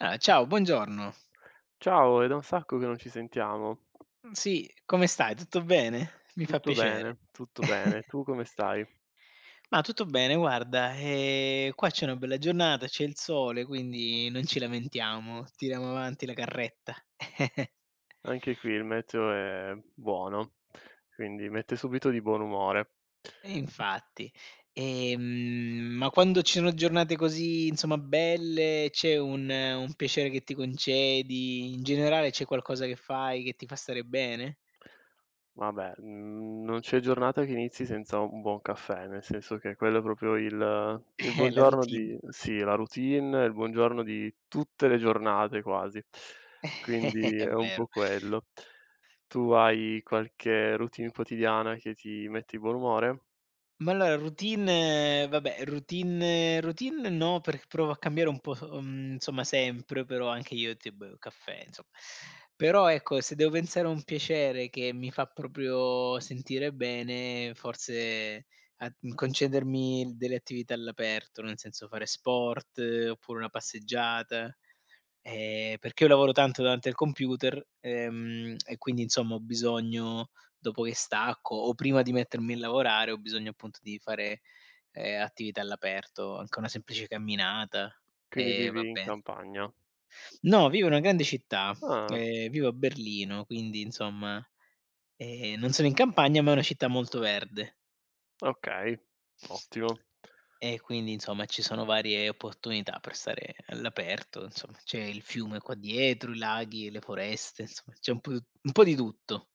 Ah, ciao, buongiorno. Ciao, è da un sacco che non ci sentiamo. Sì, come stai? Tutto bene? Mi fa Tutto piacere. bene, tutto bene. Tu come stai? Ma tutto bene, guarda, qua c'è una bella giornata, c'è il sole, quindi non ci lamentiamo, tiriamo avanti la carretta. Anche qui il meteo è buono, quindi mette subito di buon umore. E infatti. Ehm, ma quando ci sono giornate così, insomma, belle, c'è un piacere che ti concedi? In generale c'è qualcosa che fai che ti fa stare bene? Vabbè, non c'è giornata che inizi senza un buon caffè, nel senso che quello è proprio il la buongiorno routine. di sì, la routine, il buongiorno di tutte le giornate quasi. Quindi È è un vero. po' quello. Tu hai qualche routine quotidiana che ti mette di buon umore? Ma allora routine vabbè, routine no, perché provo a cambiare un po', insomma sempre, però anche io ti bevo caffè, insomma. Però ecco, se devo pensare a un piacere che mi fa proprio sentire bene, forse concedermi delle attività all'aperto, nel senso fare sport, oppure una passeggiata, perché io lavoro tanto davanti al computer, e quindi insomma ho bisogno dopo che stacco o prima di mettermi a lavorare ho bisogno appunto di fare, attività all'aperto, anche una semplice camminata, Quindi e va vivi in bene. campagna? No, vivo in una grande città, Ah, vivo a Berlino, quindi insomma, non sono in campagna, ma è una città molto verde okay, ottimo. e quindi insomma ci sono varie opportunità per stare all'aperto, insomma c'è il fiume qua dietro, i laghi, le foreste, insomma c'è un po' di tutto.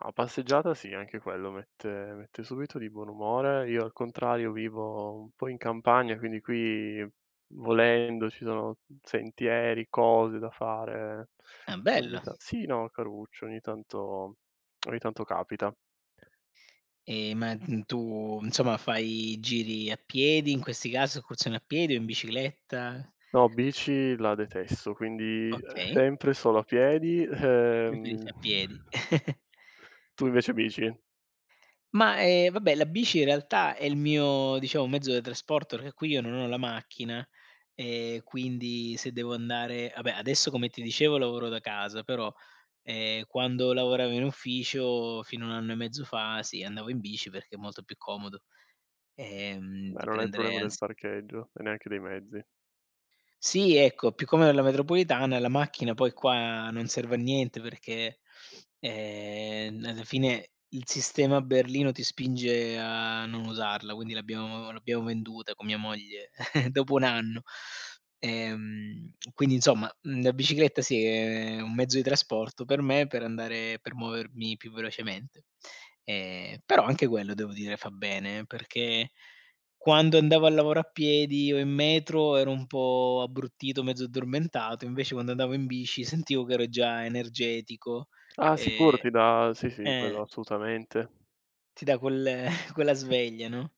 No, passeggiata sì, anche quello mette subito di buon umore. Io al contrario vivo un po' in campagna, quindi qui volendo ci sono sentieri, cose da fare. Ah, Ogni bello. ta Sì, no, caruccio, ogni tanto capita. Tu insomma fai giri a piedi in questi casi, escursioni a piedi o in bicicletta? No, bici la detesto, quindi, Okay, sempre solo a piedi, preferisci a piedi. Tu invece bici? Vabbè la bici in realtà è il mio, diciamo, mezzo di trasporto, perché qui io non ho la macchina, quindi se devo andare vabbè adesso come ti dicevo lavoro da casa, però, quando lavoravo in ufficio fino a un anno e mezzo fa, sì, andavo in bici perché è molto più comodo, Beh, di non hai il prendere problema del ans parcheggio e neanche dei mezzi. sì, ecco, più come la metropolitana, la macchina poi qua non serve a niente perché, alla fine il sistema a Berlino ti spinge a non usarla, quindi l'abbiamo venduta con mia moglie dopo un anno. Quindi insomma, la bicicletta sì è un mezzo di trasporto per me per andare per muovermi più velocemente. Però anche quello devo dire fa bene perché quando andavo al lavoro a piedi o in metro ero un po' abbruttito, mezzo addormentato, invece quando andavo in bici sentivo che ero già energetico, Ah sicuro ehm ti dà sì, sì, quello eh, assolutamente. ti dà quel quella sveglia, no?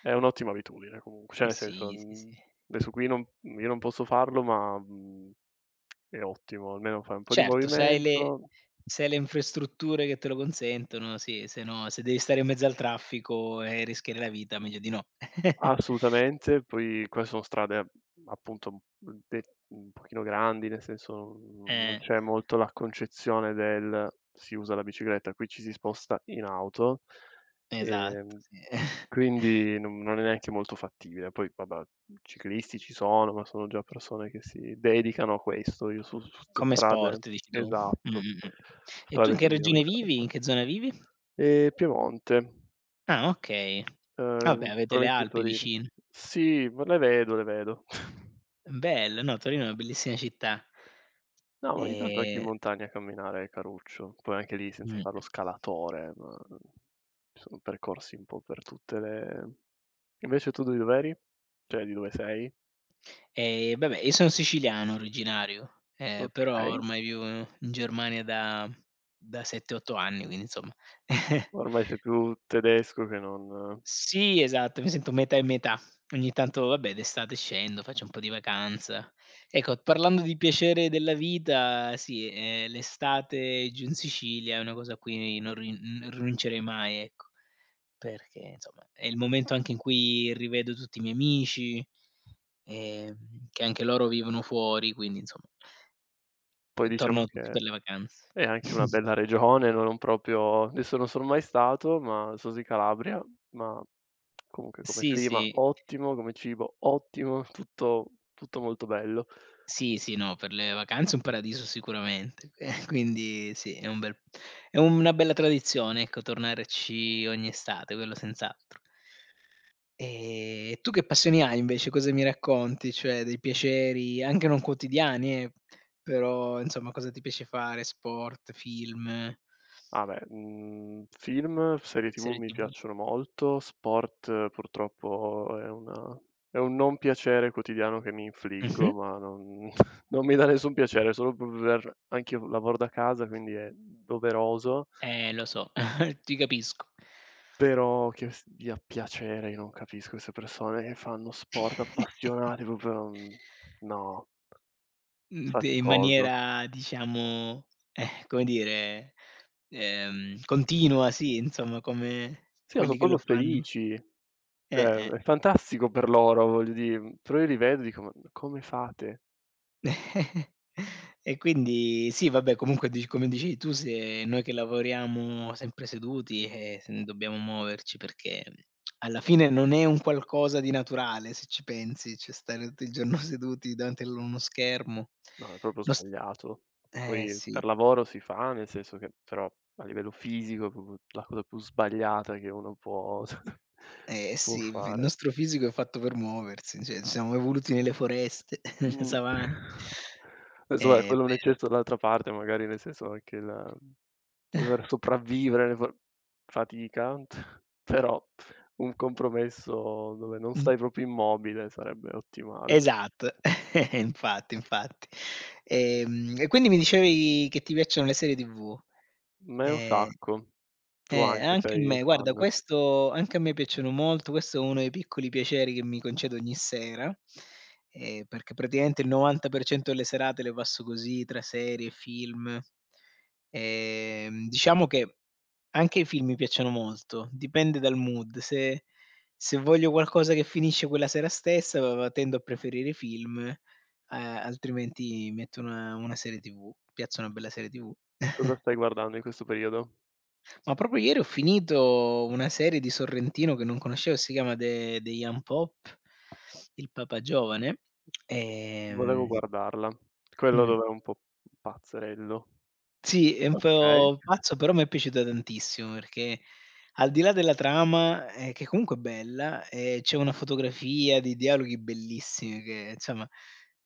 È un'ottima abitudine comunque, cioè nel senso, Sì, sì, sì. adesso qui non io non posso farlo ma, è ottimo, almeno fai un po' di Certo, se hai le movimento. se hai le infrastrutture che te lo consentono, sì, se no se devi stare in mezzo al traffico e rischiare la vita meglio di no. Assolutamente, poi qua sono strade, appunto, mhmm, de un pochino grandi, nel senso non Eh, c'è molto la concezione del: si usa la bicicletta, qui ci si sposta in auto, esatto, ehm, sì. quindi non è neanche molto fattibile. Poi vabbè, ciclisti ci sono, ma sono già persone che si dedicano a questo. Io su 'ste Come strade sport dici tu? Esatto, E tu in strade che così non mi regione vivi? piace. In che zona vivi? Piemonte. Ah, okay. Vabbè avete le Provincia di Alpi Torino. vicino. Sì, ma le vedo, le vedo. Bello, no, Torino è una bellissima città. No, ma ogni tanto anche in Ehm, montagna a camminare è caruccio. Poi anche lì senza mh. far lo scalatore, ma mm, ci sono percorsi un po' per tutte le invece tu di dov'eri? Cioè di dove sei? E vabbè, io son siciliano originario, però Okay, ormai vivo in Germania da 7, 8 anni, quindi insomma. ormai sei più tedesco che non Sì, esatto, mi sento metà e metà. Ogni tanto, vabbè, d'estate scendo, faccio un po' di vacanza. Ecco, parlando di piacere della vita, sì, l'estate giù in Sicilia è una cosa a cui non rinuncerei mai, ecco, perché insomma è il momento anche in cui rivedo tutti i miei amici, che anche loro vivono fuori, quindi insomma, poi diciamo tornano tutti che per le vacanze. è anche una bella regione, non proprio adesso non sono mai stato, ma so di Calabria, ma comunque come Sì, clima sì. ottimo, come cibo ottimo, tutto molto bello. Sì, sì, no, per le vacanze un paradiso sicuramente, quindi sì, è una bella tradizione, ecco, tornarci ogni estate, quello senz'altro. E tu che passioni hai invece? Cosa mi racconti? Cioè dei piaceri anche non quotidiani però insomma cosa ti piace fare? Sport, film, Ah beh, film, serie TV serie mi TV? piacciono molto, sport purtroppo è una è un non piacere quotidiano che mi Mh-mh. infliggo, ma non non mi dà nessun piacere, solo p per anch'io lavoro da casa, quindi è doveroso. Lo so, ti capisco. Però che s dia piacere, io non capisco queste persone che fanno sport appassionati, proprio, no, Mhmm, de in faticoso. maniera diciamo, come dire, continua, sì, insomma, come Sì, ma quelli son che lo proprio fanno. felici, Eh, cioè eh. è fantastico per loro, voglio dire, però io li vedo e dico: "Ma come fate?" E quindi sì, vabbè, comunque dic come dicevi tu, se noi che lavoriamo sempre seduti, se ne dobbiamo muoverci perché alla fine non è un qualcosa di naturale, se ci pensi, cioè stare tutto il giorno seduti davanti a l uno schermo. No, è proprio Lo s sbagliato. eh Poi sì. per lavoro si fa, nel senso che però a livello fisico è proprio la cosa più sbagliata che uno può Eh può sì, v il fare. nostro fisico è fatto per muoversi, cioè ci siamo evoluti nelle foreste, nelle Mh. savane. Insomma è È quello è un vero. eccesso dall'altra parte, magari nel senso anche la dover sopravvivere fa fatica, però un compromesso dove non Mh, stai proprio immobile sarebbe ottimale. esatto, infatti, infatti. E quindi mi dicevi che ti piacciono le serie TV. Me un Ehm sacco. Tu anche anche a sei un me. Guarda fan. questo anche a me piacciono molto, questo è uno dei piccoli piaceri che mi concedo ogni sera, perché praticamente il 90% delle serate le passo così, tra serie, film. Diciamo che anche i film mi piacciono molto, dipende dal mood. Se se voglio qualcosa che finisce quella sera stessa, va va tendo a preferire i film, altrimenti metto una serie TV, piazza una bella serie TV. Cosa stai guardando in questo periodo? Ma proprio ieri ho finito una serie di Sorrentino che non conoscevo, si chiama The Young Pope, Il Papa Giovane, Volevo ehm guardarla. Quello mh. dov'è un po' pazzerello. Sì, è un Okay. po' pazzo, però m'è piaciuta tantissimo perché al di là della trama, che comunque è bella, c'è una fotografia, dei dialoghi bellissimi che insomma,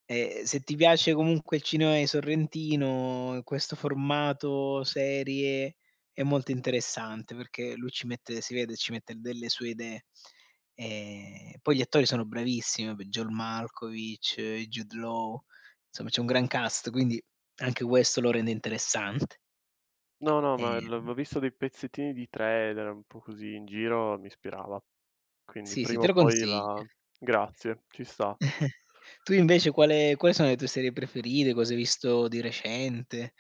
se ti piace comunque il cinema di Sorrentino, questo formato serie è molto interessante perché lui ci mette si vede, ci mette delle sue idee. Poi gli attori sono bravissimi, vabbè John Malkovich, Jude Law, insomma c'è un gran cast, quindi anche questo lo rende interessante. No, no, ma l Ehm, avevo visto dei pezzettini di trailer, un po' così in giro, mi ispirava. Quindi sì, sì, prima te o lo poi consiglio. la grazie, ci sta. Tu invece quale quali sono le tue serie preferite? Cosa hai visto di recente?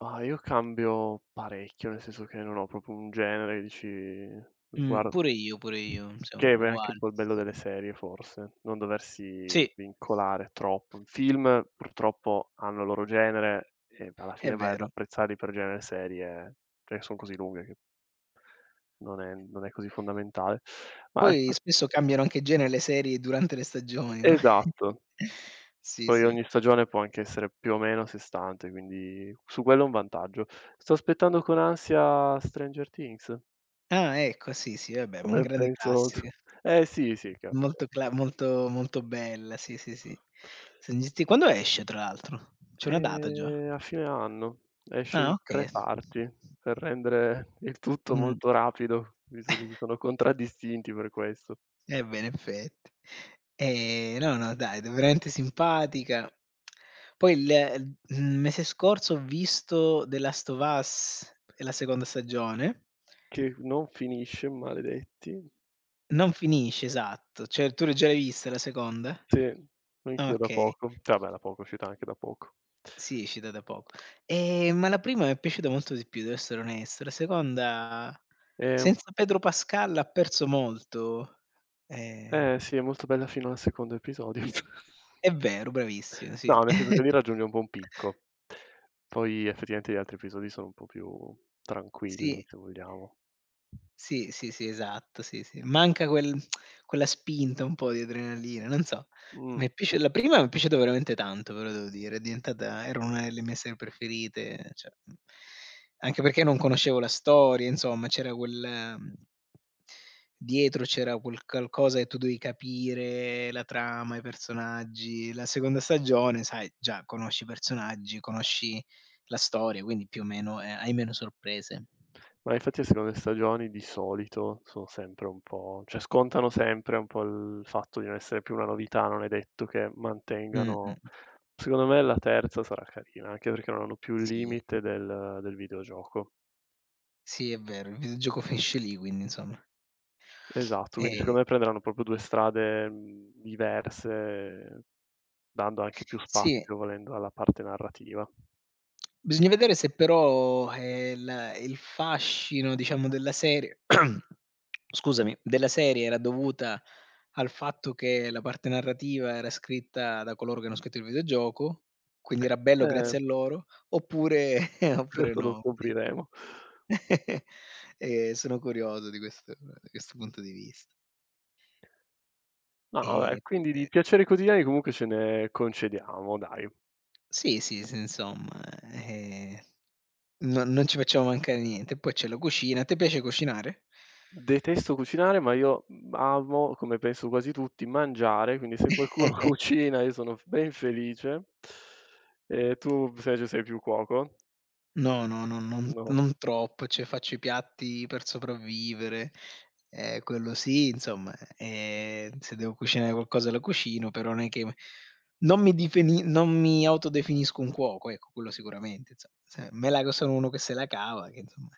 Ma io cambio parecchio, nel senso che non ho proprio un genere che dici guarda, Pure io, siamo che è poi anche un uguali. po' il bello delle serie forse, non doversi Sì, vincolare troppo. Film purtroppo hanno il loro genere e alla è fine vai ad vero. apprezzarli per genere, serie, cioè son così lunghe che non è così fondamentale. Ma Poi spesso cambiano anche genere le serie durante le stagioni, no? esatto. Sì, Poi sì. ogni stagione può anche essere più o meno a sé stante, quindi su quello è un vantaggio. Sto aspettando con ansia Stranger Things, Ah, ecco, sì, sì, vabbè, ma un come grande penso t classico. eh sì, sì, capita. Molto cla molto molto bella, sì, sì, sì. Senti, quando esce tra l'altro? C'è una data già? A fine anno, esce Ah, in okay. 3 parti per rendere il tutto Mh, molto rapido, visto che si sono contraddistinti per questo. eh beh, in effetti. No, no, dai, d veramente simpatica. Poi il mese scorso ho visto The Last of Us e la seconda stagione. Che non finisce, maledetti. Non finisce, esatto. Cioè, tu l'hai già l'hai vista la seconda? Sì, Ah, anch'io da okay. poco. Cioè, vabbè da poco, è uscita anche da poco. Sì, è uscita da poco. Ma la prima mi è piaciuta molto di più, devo essere onesto. La seconda, Ehm. senza Pedro Pascal, ha perso molto. Ehm Eh sì, è molto bella fino al secondo episodio. È vero, bravissimo, sì. No, nel senso che lì raggiunge un buon picco. Poi effettivamente gli altri episodi sono un po' più tranquilli, Sì. se vogliamo. Sì, sì, sì, esatto, sì, sì. Manca quella spinta un po' di adrenalina, non so. Mh. Mi è piaciu la prima mi è piaciuta veramente tanto, ve lo devo dire, è diventata era una delle mie serie preferite, cioè, anche perché non conoscevo la storia, insomma, c'era quel mhmm, dietro c'era quel qualcosa che tu dovevi capire, la trama, i personaggi. La seconda stagione, sai, già conosci i personaggi, conosci la storia, quindi più o meno, hai meno sorprese. Ma infatti le seconde stagioni di solito sono sempre un po' cioè scontano sempre un po' il fatto di non essere più una novità, non è detto che Mh-mh. mantengano, secondo me la terza sarà carina, anche perché non hanno più il Sì, limite del videogioco. sì è vero, il videogioco finisce lì quindi insomma. Esatto, quindi Ehm, secondo me prenderanno proprio 2 strade, diverse, dando anche più sì, spazio, volendo, alla parte narrativa. bisogna vedere se però, la il fascino diciamo della serie scusami, della serie era dovuta al fatto che la parte narrativa era scritta da coloro che hanno scritto il videogioco, quindi era bello Eh, grazie a loro, oppure oppure questo lo no. scopriremo. Ehm, sono curioso di questo da questo punto di vista. No, vabbè, P quindi di piaceri quotidiani comunque ce ne concediamo, dai. Sì, sì, s insomma, no non ci facciamo mancare niente. Poi c'è la cucina. A te piace cucinare? Detesto cucinare, ma io, amo, come penso quasi tutti, mangiare, quindi se qualcuno cucina io sono f ben felice. Tu invece sei più cuoco? No, no, no, non No. non troppo, cioè faccio i piatti per sopravvivere, quello sì, insomma, se devo cucinare qualcosa la cucino, però non è che m non mi difini non mi autodefinisco un cuoco, ecco, quello sicuramente, inso se me la co sono uno che se la cava, che insomma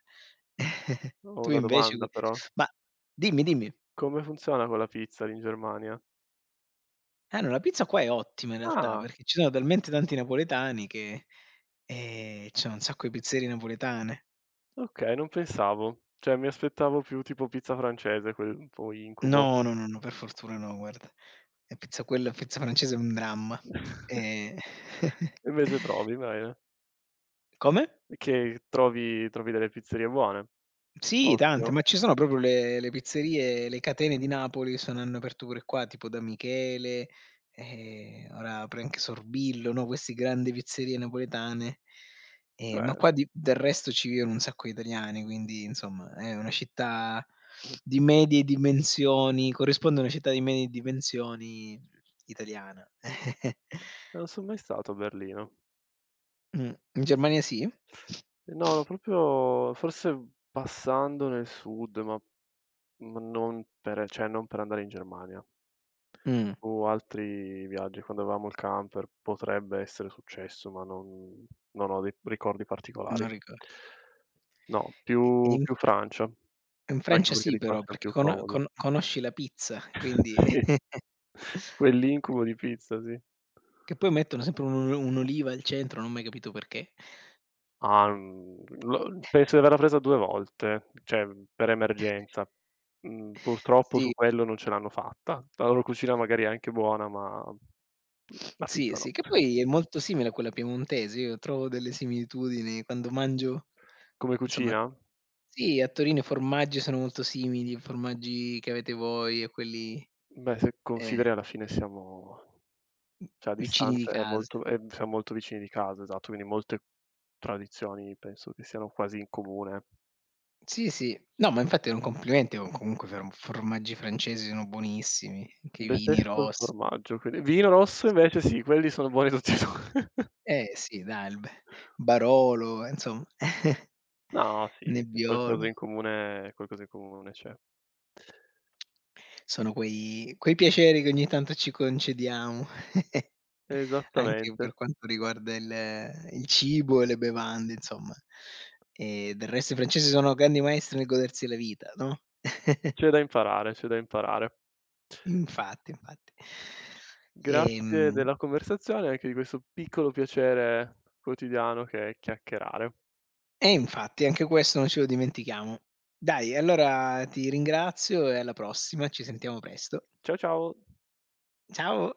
Ho Tu una invece cu domanda però: ma dimmi, dimmi. come funziona con la pizza lì in Germania? Eh no, la pizza qua è ottima in realtà, Ah! perché ci sono talmente tanti napoletani che, c'è un sacco di pizzerie napoletane. Okay, non pensavo. Cioè mi aspettavo più tipo pizza francese, quel un po' incubo. No, no, no, no, per fortuna no, guarda. E pizza quella pizza francese è un dramma. Ehm Invece trovi, bene. Come? E che trovi delle pizzerie buone. Sì, tante, Ottimo. ma ci sono proprio le pizzerie le catene di Napoli sono hanno aperto pure qua, tipo Da Michele, ora apre anche Sorbillo, no, questi grandi pizzerie napoletane. Ma Eh, qua di del resto ci vivono un sacco di italiani, quindi insomma è una città di medie dimensioni, corrisponde a una città di medie dimensioni italiana. non son mai stato a Berlino. Mh. In Germania sì? No, no, proprio forse passando nel sud, ma non per cioè non per andare in Germania. Mh, Su altri viaggi, quando avevamo il camper, potrebbe essere successo, ma non ho dei ricordi non particolari. ricordo. No, E e più in più Francia, In anche Francia perché sì di qua però, siam perché più comodi. Conosci la pizza, quindi Sì, quell'incubo di pizza, sì. che poi mettono sempre un'oliva al centro, non ho mai capito perché. Ah, lo penso di averla presa 2 volte, cioè per emergenza. Mhmm, purtroppo su Sì, quello non ce l'hanno fatta. La loro cucina magari è anche buona, ma la sì, pizza sì, no. che poi è molto simile a quella piemontese, io trovo delle similitudini quando mangio Come insomma cucina? sì, a Torino i formaggi sono molto simili, i formaggi che avete voi e quelli, Beh, se ehm, consideri alla fine siamo cioè a vicini di distanza è casa. molto è siamo molto vicini di casa, esatto, quindi molte tradizioni penso che siano quasi in comune. Sì, sì. No, ma infatti è un complimento, comunque formaggi francesi sono buonissimi, anche i vini Detesto il rossi. formaggio, quindi vino rosso Sì. invece sì, quelli sono buoni tutti e 2. Eh sì dai, il b Barolo, insomma, No, sì, sì, qualcosa in Nebbiolo. comune qualcosa in comune c'è. Sono quei piaceri che ogni tanto ci concediamo, anche Esattamente. per quanto riguarda il cibo e le bevande insomma. E del resto i francesi sono grandi maestri nel godersi la vita, no. C'è da imparare, c'è da imparare. Infatti, infatti. Grazie Ehm, della conversazione e anche di questo piccolo piacere quotidiano che è chiacchierare. e infatti anche questo non ce lo dimentichiamo. Dai allora ti ringrazio e alla prossima, ci sentiamo presto. Ciao, ciao. Ciao.